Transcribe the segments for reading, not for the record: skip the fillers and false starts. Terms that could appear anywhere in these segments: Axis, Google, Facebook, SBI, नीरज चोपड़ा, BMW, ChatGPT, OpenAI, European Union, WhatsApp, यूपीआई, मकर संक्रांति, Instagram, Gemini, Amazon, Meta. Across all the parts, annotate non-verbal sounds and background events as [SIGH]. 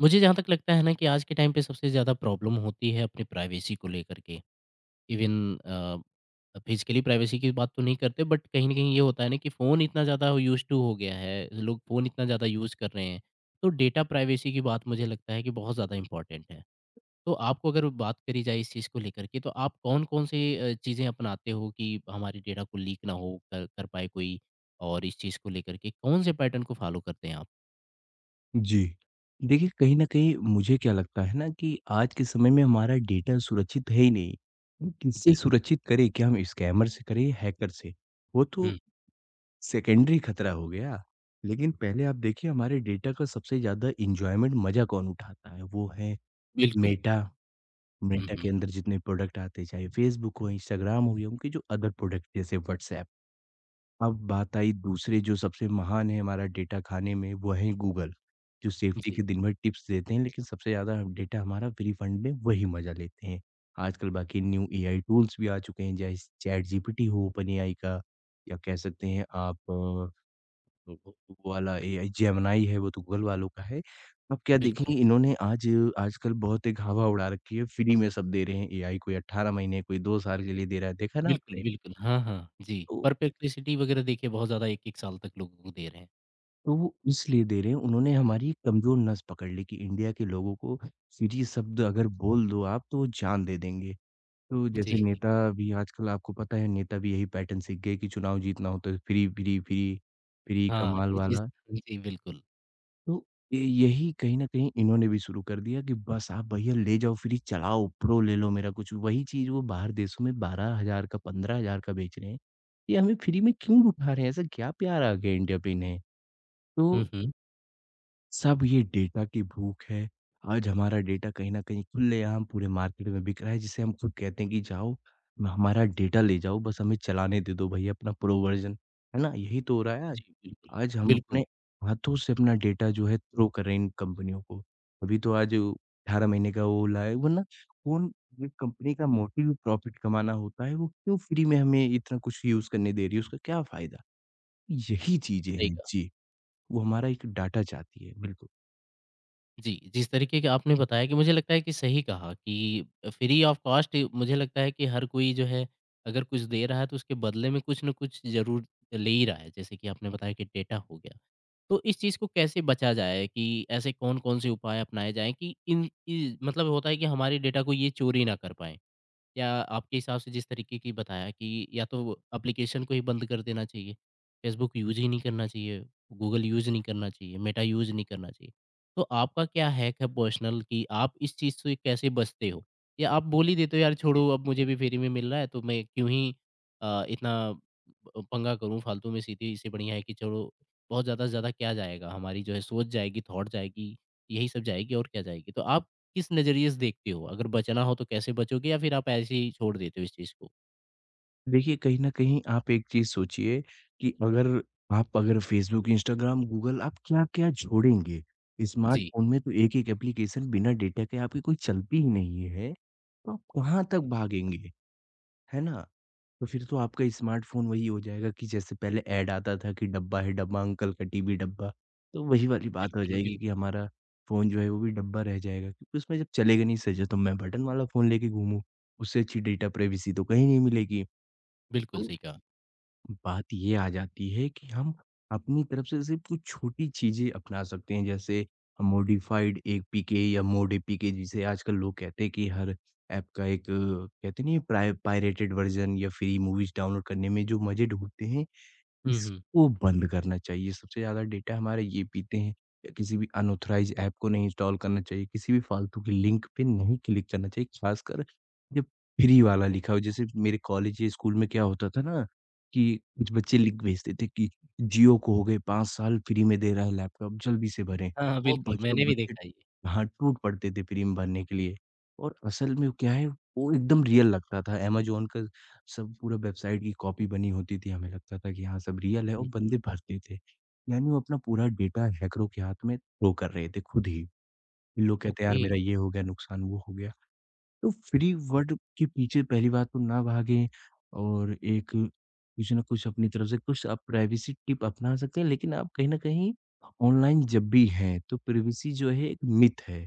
मुझे जहाँ तक लगता है ना कि आज के time पे सबसे ज़्यादा प्रॉब्लम होती है अपनी प्राइवेसी को लेकर के। इवन फिज़िकली प्राइवेसी की बात तो नहीं करते बट कहीं न कहीं ये होता है ना कि फ़ोन इतना ज़्यादा यूज़ टू हो गया है, लोग फ़ोन इतना ज़्यादा यूज़ कर रहे हैं, तो डेटा प्राइवेसी की बात मुझे लगता है कि बहुत ज़्यादा इम्पोर्टेंट है। तो आपको अगर बात करी जाए इस चीज़ को लेकर के, तो आप कौन-कौन से चीज़ें अपनाते हो कि हमारे डेटा को लीक ना हो कर कर पाए कोई? और इस चीज़ को लेकर के कौन से पैटर्न को फ़ॉलो करते हैं आप? जी। देखिए, कहीं न कहीं मुझे क्या लगता है ना कि आज के समय में हमारा डेटा सुरक्षित है ही नहीं। हम किससे जी। सुरक्षित करें? क्या हम स्कैमर से करें या हैकर से? वो तो हुँ, सेकेंडरी खतरा हो गया। लेकिन पहले आप देखिए हमारे डेटा का सबसे ज़्यादा एन्जॉयमेंट मज़ा कौन उठाता है? वो है बिल्कुल। मेटा। हुँ, मेटा के हुँ। अंदर जितने प्रोडक्ट आते हैं, चाहे फ़ेसबुक हो, इंस्टाग्राम हो या उनके जो अदर प्रोडक्ट जैसे व्हाट्सऐप। अब बात आई दूसरे जो सबसे महान है हमारा डेटा खाने में, वो है गूगल, जो सेफ्टी जी। के दिन भर टिप्स देते हैं, लेकिन सबसे ज़्यादा हम डेटा हमारा फ्री फंड में वही मज़ा लेते हैं। आजकल बाकी न्यू एआई टूल्स भी आ चुके हैं, जैसे चैटजीपीटी हो ओपन एआई का या कह सकते हैं आप वो वो वाला एआई जेमिनी है, वो तो गूगल वालों का है। अब क्या देखेंगे बिल्कुल, इन्होंने आज आजकल बहुत एक हवा उड़ा रखी है, फ्री में सब दे रहे हैं एआई कोई 18 महीने, कोई 2 साल के लिए दे रहा है, देखा ना बिल्कुल, आपने? बिल्कुल। हाँ, हाँ। जी, तो परप्लेक्सिटी वगैरह देखिए बहुत ज़्यादा 1-1 साल तक लोगों को दे रहे हैं। तो वो इसलिए दे रहे हैं, उन्होंने हमारी एक कमज़ोर नस पकड़ ली कि इंडिया के लोगों को फ़िजी शब्द अगर बोल दो आप, तो वो जान दे देंगे। तो जैसे जी, नेता भी आजकल आपको पता है, नेता भी यही पैटर्न सीख गए कि चुनाव जीतना हो तो फ्री, फ्री, फ्री, फ्री हाँ, कमाल ये चीज़ वाला। जी, बिल्कुल। तो य यही कहीं न कहीं इन्होंने भी शुरू कर दिया कि बस आप भैया ले जाओ फ्री, चलाओ, प्रो ले लो मेरा कुछ। वही चीज़ वो बाहर देशों में 12,000 का, 15,000 का बेच रहे हैं। ये हमें फ्री में क्यों लुटा रहे हैं? ऐसा क्या प्यार आ गया इंडिया पे इन्हें? हुँ, तो हुँ। सब ये डेटा की भूख है। आज हमारा डेटा कहीं न कहीं खुलेआम पूरे मार्केट में बिक रहा है, जिसे हम खुद कहते हैं कि जाओ म हमारा डेटा ले जाओ, बस हमें चलाने दे दो भई अपना प्रो वर्ज़न। है ना? यही तो हो रहा है आज। जी, बिल्कुल, आज हम अपने बिल्कुल, हाथों से अपना डेटा जो है थ्रो कर रहे हैं इन कंपनियों को। अभी तो आज 18 महीने का वो लाए वरना कौन ये कंपनी का मोटिव प्रॉफ़िट कमाना होता है, वो क्यों फ्री में हमें इतना कुछ यूज़ करने दे रही है, उसका क्या फ़ायदा? यही चीज़ें सही हैं। कहा। जी, वो हमारा एक डाटा चाहती है। बिल्कुल। जी, जिस तरीके के आपने बताया कि मुझे लगता है कि सही कहा कि फ्री ऑफ कॉस्ट मुझे लगता है कि हर कोई जो है अगर कुछ दे रहा है तो उसके बदले में कुछ न कुछ ज़रूर ले ही रहा है। जैसे कि आपने बताया कि डेटा हो गया। तो इस चीज़ को कैसे बचा जाए कि ऐसे कौन-कौन से उपाय अपनाए जाएँ कि इन इ मतलब होता है कि हमारे डेटा को ये चोरी ना कर पाएँ? या आपके हिसाब से जिस तरीके की बताया कि या तो एप्लीकेशन को ही बंद कर देना चाहिए, फेसबुक यूज़ ही नहीं करना चाहिए, गूगल यूज़ नहीं करना चाहिए, मेटा यूज़ नहीं करना चाहिए। तो आपका क्या हैक है पर्सनल कि आप इस चीज़ से कैसे बचते हो? या आप बोल ही देते हो यार छोड़ो अब मुझे भी फ्री में मिल रहा है तो मैं क्यों ही इतना पंगा करूँ फालतू में सीधे इससे बढ़िया है कि छोड़ो बहुत ज़्यादा से ज़्यादा क्या जाएगा? हमारी जो है सोच जाएगी, थॉट जाएगी, यही सब जाएगी और क्या जाएगी? तो आप किस नज़रिए से देखते हो? अगर बचना हो तो कैसे बचोगे या फिर आप ऐसे ही छोड़ देते हो इस चीज़ को? देखिए, कहीं न कहीं आप एक चीज़ सोचिए कि अगर आप अगर फ़ेसबुक, इंस्टाग्राम, गूगल आप क्या-क्या जोड़ेंगे? जी। स्मार्टफ़ोन में तो एक-एक एप्लीकेशन बिना डेटा के आपकी कोई चलती ही नहीं है, तो आप कहाँ तक भागेंगे, है ना? तो फिर तो आपका स्मार्टफ़ोन वही हो जाएगा कि जैसे पहले ऐड आता था कि डब्बा है डब्बा, अंकल का टीवी डब्बा, तो वही वाली बात हो बिल्कुल, जाएगी बिल्कुल, कि हमारा फ़ोन जो है वो भी डब्बा रह जाएगा क्योंकि उसमें जब चलेगा नहीं सही से तो मैं बटन वाला फ़ोन लेके घूमूँ, उससे अच्छी डेटा प्राइवेसी तो कहीं नहीं मिलेगी। बिल्कुल तो सही कहा। बात ये आ जाती है कि हम अपनी तरफ से सिर्फ कुछ छोटी चीज़ें अपना सकते हैं, जैसे मॉडिफाइड एपीके या मोड एपीके जिसे आजकल लोग कहते हैं कि हर ऐप का एक कहते नहीं है प्राइ पायरेटेड वर्ज़न या फ्री मूवीज़ डाउनलोड करने में जो मज़े ढूँढते हैं, हुँ, हुँ। इसको बंद करना चाहिए। सबसे ज़्यादा डेटा हमारे ये पीते हैं या किसी भी अनऑथराइज़ ऐप को नहीं इंस्टॉल करना चाहिए, किसी भी फ़ालतू के लिंक पे नहीं क्लिक करना चाहिए, ख़ासकर जब फ्री वाला लिखा हो। जैसे मेरे कॉलेज या स्कूल में क्या होता था ना कि कुछ बच्चे लिंक भेजते थे कि जियो को हो गए 5 साल फ्री में दे रहा है लैपटॉप, जल्दी से भरें हाँ, हाँ, और बिल्कुल, बच्चे मैंने भी बच्चे देखा है ये। हाँ, टूट पड़ते थे फ्री में भरने के लिए और असल में क्या है, वो एकदम रियल लगता था। अमेज़न का सब पूरा वेबसाइट की कॉपी बनी होती थी, हमें लगता था कि हाँ, सब रियल है और हुँ, हुँ। बंदे भरते थे। यानी वो अपना पूरा डेटा हैकरों के हाथ में थ्रो कर रहे थे खुद ही। ये लोग कहते हैं यार ओके, मेरा ये हो गया नुकसान, वो हो गया। तो फ्री वर्ड के पीछे पहली बात तो ना भागें और एक कुछ न कुछ अपनी तरफ से कुछ आप प्राइवेसी टिप अपना सकते हैं लेकिन आप कहीं न कहीं ऑनलाइन जब भी हैं, तो प्राइवेसी जो है एक मिथ है।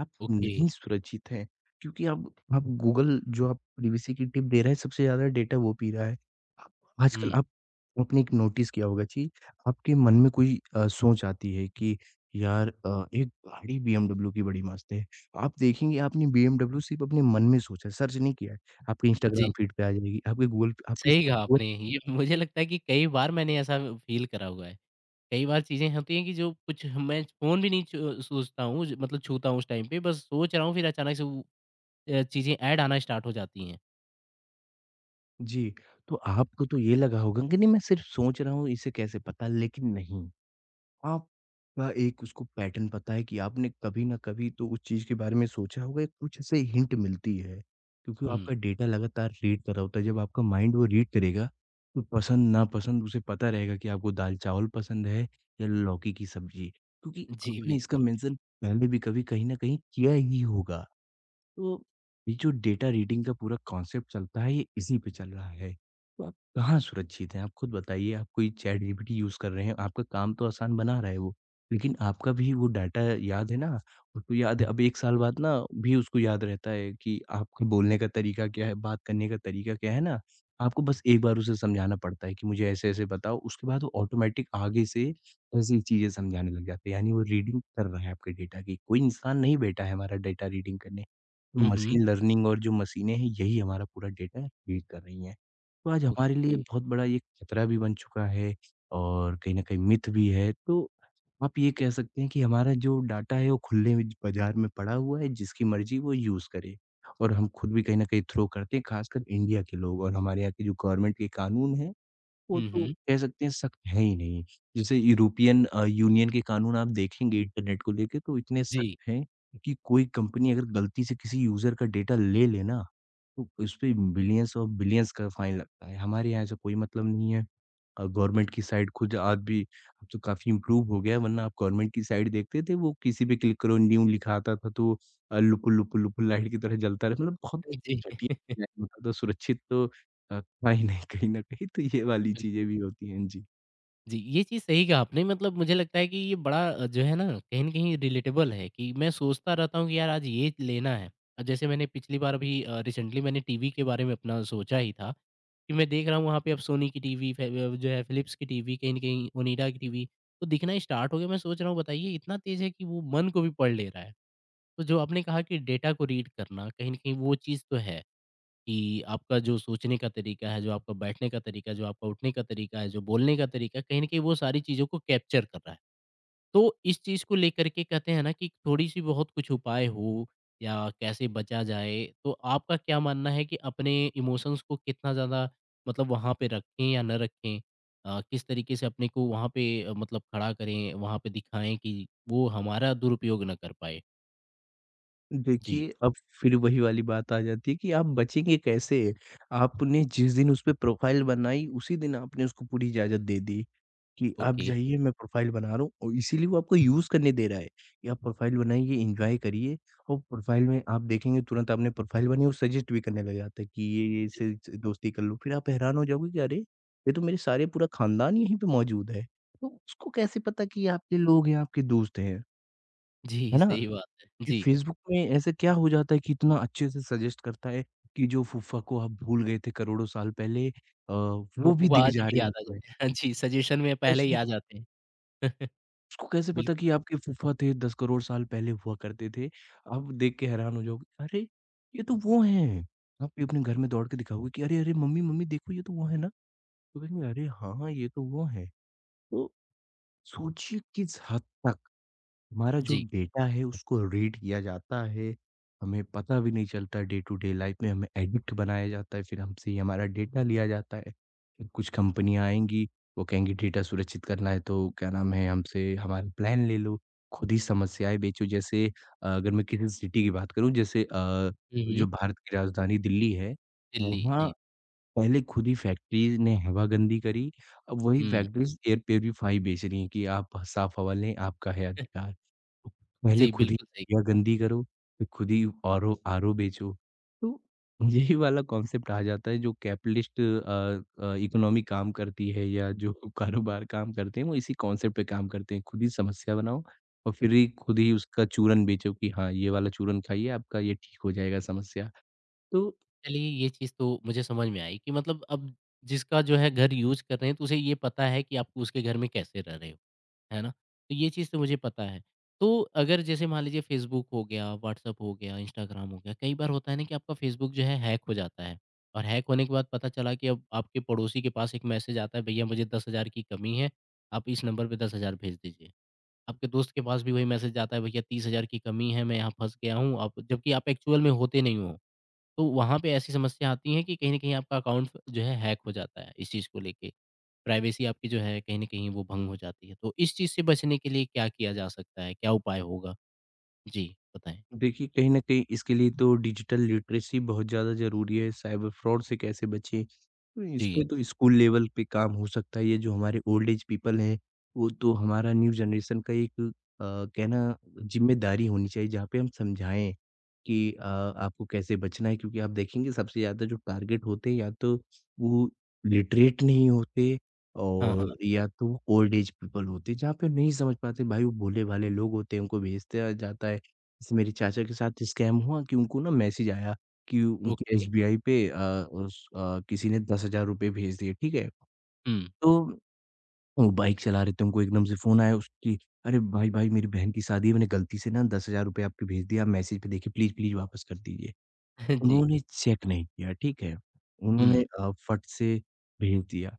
आप ओके। नहीं सुरक्षित हैं क्योंकि आप गूगल जो आप प्राइवेसी की टिप दे रहा है, सबसे ज़्यादा डेटा वो पी रहा है। आप आजकल हुँ। आप आपने एक नोटिस किया होगा जी, आपके मन में कोई सोच आती है कि यार एक गाड़ी बीएमडब्ल्यू की बड़ी मस्त है। आप देखेंगे आपने बीएमडब्ल्यू सिर्फ़ अपने मन में सोचा है, सर्च नहीं किया है। आपके इंस्टाग्राम जी। फीड पे आ जाएगी, आपके गूगल पे आपकी सही कहा वो आपने। ये मुझे लगता है कि कई बार मैंने ऐसा फ़ील करा हुआ है। कई बार चीज़ें होती हैं कि जो कुछ मैं फ़ोन भी नहीं छू सोचता हूँ ज मतलब छूता हूँ उस टाइम पे, बस सोच रहा हूँ फिर अचानक से वो चीज़ें ऐड आना स्टार्ट हो जाती हैं। जी, तो आपको तो ये लगा होगा कि नहीं मैं सिर्फ़ सोच रहा हूँ, इसे कैसे पता लेकिन नहीं। आपका एक उसको पैटर्न पता है कि आपने कभी ना कभी तो उस चीज़ के बारे में सोचा होगा, एक कुछ ऐसे हिंट मिलती है। क्योंकि हुँ। आपका डेटा लगातार रीड कर रहा होता है, जब आपका माइंड वो रीड करेगा, तो पसंद-नापसंद उसे पता रहेगा कि आपको दाल-चावल पसंद है या लौकी की सब्ज़ी। क्योंकि जी, आपने इसका बिल्कुल। मेंशन पहले भी कभी कहीं न कहीं किया ही होगा। तो ये जो डेटा रीडिंग का पूरा कॉन्सेप्ट चलता है ये इसी पे चल रहा है। तो आप कहाँ सुरक्षित हैं? आप खुद बताइए आप कोई चैट जीपीटी यूज़ कर रहे हैं, आपका काम तो आसान बना रहा है वो, लेकिन आपका भी वो डाटा याद है ना, उसको याद है अब 1 साल बाद ना भी उसको याद रहता है कि आपके बोलने का तरीका क्या है, बात करने का तरीका क्या है ना? आपको बस एक बार उसे समझाना पड़ता है कि मुझे ऐसे-ऐसे बताओ, उसके बाद वो ऑटोमैटिक आगे से ऐसी चीज़ें समझाने लग जाते हैं, यानी वो रीडिंग कर रहा है आपके डेटा की। कोई इंसान नहीं बैठा है हमारा डेटा रीडिंग करने। हुँ, हुँ। मशीन लर्निंग और जो मशीनें हैं, यही हमारा पूरा डेटा रीड कर रही हैं। तो आज हमारे लिए ओके। बहुत बड़ा ये खतरा भी बन चुका है और कहीं न कहीं मिथ भी है। तो आप ये कह सकते हैं कि हमारा जो डाटा है, वो खुले में बाज़ार में पड़ा हुआ है, जिसकी मर्ज़ी वो यूज़ करे और हम खुद भी कहीं न कहीं थ्रो करते हैं, ख़ासकर इंडिया के लोग और हमारे यहाँ की जो गवर्नमेंट के कानून हैं वो हुँ, तो हुँ। कह सकते हैं सख्त है ही नहीं। जैसे यूरोपियन यूनियन के कानून आप देखेंगे इंटरनेट को लेके तो इतने जी। सख्त हैं कि कोई कंपनी अगर गलती से किसी यूज़र का डेटा ले ले ना, तो उसपे बिलियंस और बिलियंस का फाइन लगता है। हमारे यहाँ ऐसा कोई मतलब नहीं है। गवर्नमेंट की साइट खुद आज भी अब तो काफ़ी इम्प्रूव हो गया है वरना आप गवर्नमेंट की साइट देखते थे वो किसी पे क्लिक करो न्यू लिखा आता था तो लुपुल, लुपुल, लुपुल लाइट की तरह जलता रहा मतलब बहुत जी। [LAUGHS] घटिया मतलब तो सुरक्षित तो पाई नहीं कहीं न कहीं तो ये वाली चीज़ें बिल्कुल। भी होती हैं। जी। जी, ये चीज़ सही कहा आपने मतलब मुझे लगता है कि ये बड़ा जो है ना कहीं न कहीं रिलेटेबल है कि मैं सोचता रहता हूँ कि यार आज ये लेना है। जैसे मैंने पिछली बार अभी रिसेंटली मैंने टीवी के बारे में अपना सोचा ही था कि मैं देख रहा हूँ वहाँ पे अब सोनी की टीवी फे जो है फ़िलिप्स की टीवी कहीं न कहीं ओनिडा की टीवी तो दिखना स्टार्ट हो गया। मैं सोच रहा हूँ बताइए इतना तेज़ है कि वो मन को भी पढ़ ले रहा है। तो जो आपने कहा कि डेटा को रीड करना कहीं न कहीं वो चीज़ तो है। कि आपका जो सोचने का तरीका है, जो आपका बैठने का तरीका है, जो आपका उठने का तरीका है, जो बोलने का तरीका है, कहीं न कहीं वो सारी चीज़ों को कैप्चर कर रहा है। तो इस चीज़ को लेकर के कहते हैं ना कि थोड़ी-सी बहुत कुछ उपाय हो या कैसे बचा जाए, तो आपका क्या मानना है कि अपने इमोशंस को कितना ज़्यादा मतलब वहाँ पे रखें या ना रखें? किस तरीके से अपने को वहाँ पे मतलब खड़ा करें, वहाँ पे दिखाएँ कि वो हमारा दुरुपयोग ना कर पाए? जी, देखिए, अब फिर वही वाली बात आ जाती है कि आप बचेंगे कैसे? आपने जिस दिन उस पे प्रोफ़ाइल बनाई, उसी दिन आपने उसको पूरी इजाज़त दे दी। कि आप ओके। जाइए मैं प्रोफ़ाइल बना रहा हूँ और इसीलिए वो आपको यूज़ करने दे रहा है कि आप प्रोफ़ाइल बनाइए, एन्जॉय करिए और प्रोफ़ाइल में आप देखेंगे तुरंत आपने प्रोफ़ाइल बनाई और सजेस्ट भी करने लग जाता है कि ये जी, इससे ज दोस्ती कर लो। फिर आप हैरान हो जाओगे कि अरे! ये तो मेरे सारे पूरा ख़ानदान यहीं पे मौजूद है। तो उसको कैसे पता कि ये आपके लोग हैं, आपके दोस्त हैं, है जी, ना? सही बात है। ये जी। फ़ेसबुक में ऐसे क्या हो जाता है कि इतना अच्छे से सजेस्ट करता है कि जो फूफा को आप भूल गए थे करोड़ों साल पहले वो वो भी वो दिख आज जा भी रहे हैं याद आ उसमें। जाते हैं। हाँ जी, सजेशन में पहले ऐसे ही आ जाते हैं। [LAUGHS] आपको कैसे पता बिल्कुल, कि आपके फूफा थे 10 करोड़ साल पहले हुआ करते थे? आप देख के हैरान हो जाओगे, अरे! ये तो वो हैं। आप भी अपने घर में दौड़ के दिखाओगे कि अरे, अरे! मम्मी, मम्मी देखो ये तो वो है ना? तो कहेंगे, अरे! हाँ, हाँ, ये तो वो हैं। तो सोचिए किस हद तक हमारा जो जी। डेटा है उसको रीड किया जाता है, हमें पता भी नहीं चलता डे टू डे लाइफ में हमें एडिक्ट बनाया जाता है, फिर हमसे ही हमारा डेटा लिया जाता है। फिर कुछ कंपनियाँ आएँगी, वो कहेंगी डेटा सुरक्षित करना है तो क्या नाम है हमसे हमारा प्लान ले लो, खुद ही समस्याएँ बेचो जैसे अगर मैं किसी सिटी की बात करूँ जैसे हुँ, जो हुँ। भारत की राजधानी दिल्ली है, दिल्ली, वहाँ जी। पहले खुद ही फैक्ट्रीज़ ने हवागंदी करी, अब वही हुँ, फैक्ट्रीज़ एयर प्यूरीफाई बेच रही हैं कि आप साफ हवा लें, आपका है अधिकार। तो पहले जी, खुद ही बिल्कुल सही। हवागंदी करो, फिर खुद ही आरो आरो बेचो। तो यही वाला कॉन्सेप्ट आ जाता है जो कैपिटलिस्ट इकोनॉमी काम करती है या जो [LAUGHS] कारोबार काम करते हैं, वो इसी कॉन्सेप्ट पे काम करते हैं। खुद ही समस्या बनाओ और फिर ही खुद ही उसका चूरन बेचो कि हाँ, ये वाला चूरन खाइए, आपका ये ठीक हो जाएगा समस्या। तो चलिए ये चीज़ तो मुझे समझ में आई कि मतलब अब जिसका जो है घर यूज़ कर रहे हैं तो उसे ये पता है कि आप उसके घर में कैसे रह रहे हो, है ना? तो ये चीज़ तो मुझे पता है। तो अगर जैसे मान लीजिए फ़ेसबुक हो गया, व्हाट्सएप हो गया, इंस्टाग्राम हो गया, कई बार होता है ना कि आपका फ़ेसबुक जो है हैक हो जाता है और हैक होने के बाद पता चला कि अब आपके पड़ोसी के पास एक मैसेज आता है, भैया मुझे 10,000 की कमी है, आप इस नंबर पे 10,000 भेज दीजिए। आपके दोस्त के पास भी वही मैसेज आता है, भैया 30,000 की कमी है, मैं यहाँ फँस गया हूँ, आप जबकि आप एक्चुअल में होते नहीं हो। तो वहाँ पे ऐसी समस्या आती है कि कहीं न कहीं आपका अकाउंट जो है हैक हो जाता है इस चीज़ को लेके। प्राइवेसी आपकी जो है कहीं न कहीं वो भंग हो जाती है। तो इस चीज़ से बचने के लिए क्या किया जा सकता है? क्या उपाय होगा? जी, बताएँ। देखिए, कहीं न कहीं इसके लिए तो डिजिटल लिटरेसी बहुत ज़्यादा ज़रूरी है, साइबर फ्रॉड से कैसे बचें? तो इस जी। पे तो स्कूल लेवल पे काम हो सकता है, ये जो हमारे ओल्ड एज पीपल हैं, वो तो हमारा न्यू जनरेशन का एक कहना ज़िम्मेदारी होनी चाहिए, जहाँ पे हम समझाएँ कि आपको कैसे बचना है। क्योंकि आप देखेंगे सबसे ज़्यादा जो टारगेट होते हैं, या तो वो लिटरेट नहीं होते हाँ, हाँ। और या तो ओल्ड एज पीपल होते हैं, जहाँ पे नहीं समझ पाते। भाई, वो भोले-भाले लोग होते हैं, उनको भेजा जाता है। जैसे मेरी चाचा के साथ स्कैम हुआ कि उनको ना मैसेज आया कि उनके ओके। एसबीआई पे किसी ने ₹10,000 भेज दिए, ठीक है? हुँ। तो वो बाइक चला रहे थे, उनको एकदम से फ़ोन आया उसकी, "अरे भाई, भाई मेरी बहन की शादी है, मैंने गलती से ना ₹10,000 आपके भेज दिए, आप मैसेज पे देखिए, प्लीज़, प्लीज़ वापस कर दीजिए।" [LAUGHS] जी। उन्होंने चेक नहीं किया, ठीक है? उन्होंने हुँ। फट से भेज दिया।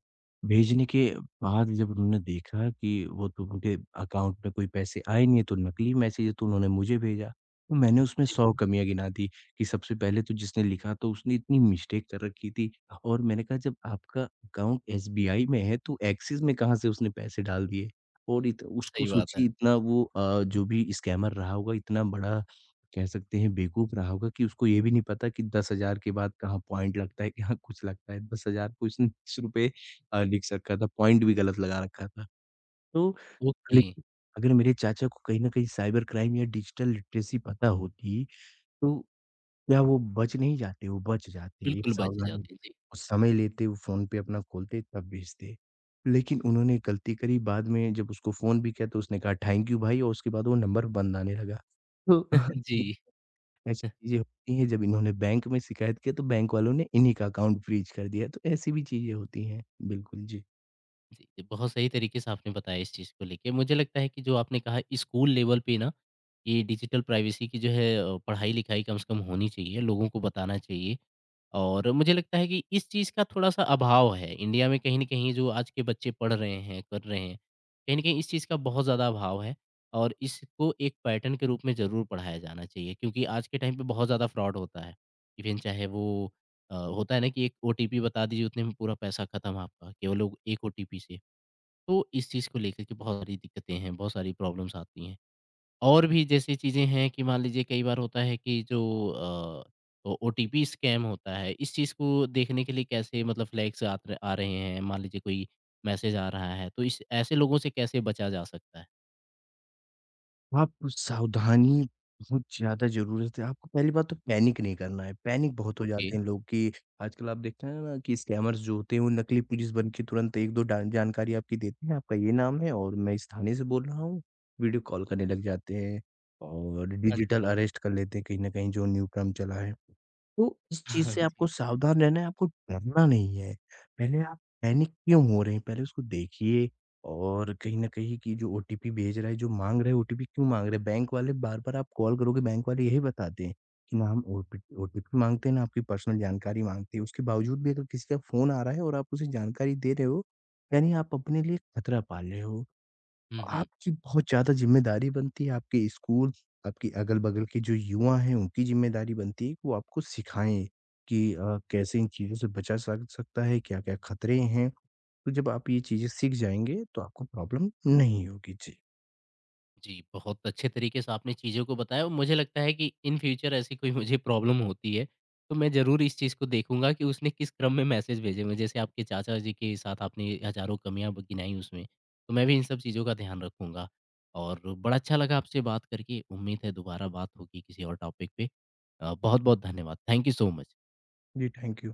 भेजने के बाद जब उन्होंने देखा कि वो तो उनके अकाउंट में कोई पैसे आए नहीं है, तो नकली मैसेज है, तो उन्होंने मुझे भेजा। तो मैंने उसमें जी, 100 कमियाँ गिना दी कि सबसे पहले तो जिसने लिखा तो उसने इतनी मिस्टेक कर रखी थी और मैंने कहा जब आपका अकाउंट एसबीआई में है तो एक्सिस में कहाँ से उसने पैसे डाल दिए? और इत उसको सही बात है। सोचिए इतना वो जो भी स्कैमर रहा होगा इतना बड़ा कह सकते हैं बेवकूफ़ रहा होगा कि उसको ये भी नहीं पता कि 10,000 के बाद कहाँ पॉइंट लगता है, कहाँ कुछ लगता है। 10,000 को उसने [LAUGHS] ₹20 लिख रखा था, पॉइंट भी गलत लगा रखा था। तो ओके, लेकिन अगर मेरे चाचा को कहीं न कहीं साइबर क्राइम या डिजिटल लिटरेसी पता होती, तो क्या वो बच नहीं जाते? वो बच जाते, एक बिल्कुल बच सावधानी जाती है। जी। वो समय लेते, वो फ़ोन पे अपना खोलते तब भेजते। लेकिन उन्होंने एक गलती करी, बाद में जब उसको फ़ोन भी किया तो उसने कहा थैंक यू भाई और उसके बाद वो नंबर बंद आने लगा। तो [LAUGHS] जी। ऐसी चीज़ें होती हैं जब इन्होंने बैंक में शिकायत किया तो बैंक वालों ने इन्हीं का अकाउंट फ्रीज़ कर दिया, तो ऐसी भी चीज़ें होती हैं। बिल्कुल, जी। जी, बहुत सही तरीके से आपने बताया इस चीज़ को लेके। मुझे लगता है कि जो आपने कहा स्कूल लेवल पे ना, ये डिजिटल प्राइवेसी की जो है पढ़ाई-लिखाई कम से कम होनी चाहिए, लोगों को बताना चाहिए। और मुझे लगता है कि इस चीज़ का थोड़ा-सा अभाव है। इंडिया में कहीं न कहीं जो आज के बच्चे पढ़ रहे हैं, कर रहे हैं, कहीं न कहीं इस चीज़ का बहुत ज़्यादा अभाव है और इसको एक पैटर्न के रूप में ज़रूर पढ़ाया जाना चाहिए क्योंकि आज के टाइम पे बहुत ज़्यादा फ्रॉड होता है। इवेन चाहे वो होता है ना कि एक ओटीपी बता दीजिए, उतने में पूरा पैसा खत्म आपका, केवल लोग एक ओटीपी से। तो इस चीज़ को लेकर के बहुत सारी दिक्कतें हैं, बहुत सारी प्रॉब्लम्स आती हैं। और भी जैसी चीज़ें हैं कि मान लीजिए कई बार होता है कि जो अ, ओ ओटीपी स्कैम होता है, इस चीज़ को देखने के लिए कैसे मतलब फ्लैग्स आत आ रहे हैं, मान लीजिए कोई मैसेज आ रहा है, तो इस ऐसे लोगों से कैसे बचा जा सकता है? आपको सावधानी बहुत ज़्यादा ज़रूरत है। आपको पहली बात तो पैनिक नहीं करना है। पैनिक बहुत हो ओके, जाते हैं लोग कि आजकल आप देखते हैं ना कि स्कैमर्स जो होते हैं वो नकली पुलिस बन के तुरंत 1-2 डान जानकारी आपकी देते हैं, आपका ये नाम है और मैं इस थाने से बोल रहा हूँ। वीडियो कॉल करने लग जाते हैं और हाँ जी। डिजिटल अरेस्ट कर लेते हैं कहीं न कहीं जो न्यू क्रम चला है। तो इस [LAUGHS] चीज़ हाँ से आपको जी। सावधान रहना है, आपको डरना नहीं है। पहले आप पैनिक क्यों हो रहे हैं, पहले उसको देखिए और कहीं न कहीं कि जो ओटीपी भेज रहा है, जो माँग रहा है ओटीपी क्यों माँग रहा है? बैंक वाले बार-बार आप कॉल करोगे बैंक वाले यही बताते हैं कि ना हम ओटीपी माँगते हैं, ना आपकी पर्सनल जानकारी माँगते हैं। उसके बावजूद भी अगर किसी का फ़ोन आ रहा है और आप उसे जानकारी दे रहे हो, यानी आप अपने लिए खतरा पाल रहे हो। हुँ, हुँ। आपकी बहुत ज़्यादा ज़िम्मेदारी बनती है, आपके स्कूल, आपकी अगल-बगल के जो युवा हैं, उनकी ज़िम्मेदारी बनती है कि वो आपको सिखाएँ कि कैसे इन चीज़ों से बचा सक सकता है, क्या-क्या खतरे हैं। तो जब आप ये चीज़ें सीख जाएँगे, तो आपको प्रॉब्लम नहीं होगी। जी। जी, बहुत अच्छे तरीके से आपने चीज़ों को बताया और मुझे लगता है कि इन फ्यूचर ऐसी कोई मुझे प्रॉब्लम होती है, तो मैं ज़रूर इस चीज़ को देखूँगा कि उसने किस क्रम में मैसेज भेजे मुझे। जैसे आपके चाचा जी के साथ आपने हज़ारों कमियाँ ब गिनाई उसमें, तो मैं भी इन सब चीज़ों का ध्यान रखूँगा। और बड़ा अच्छा लगा आपसे बात करके, उम्मीद है दोबारा बात होगी किसी और टॉपिक पे। बहुत-बहुत धन्यवाद। Thank you so much. जी, थैंक यू।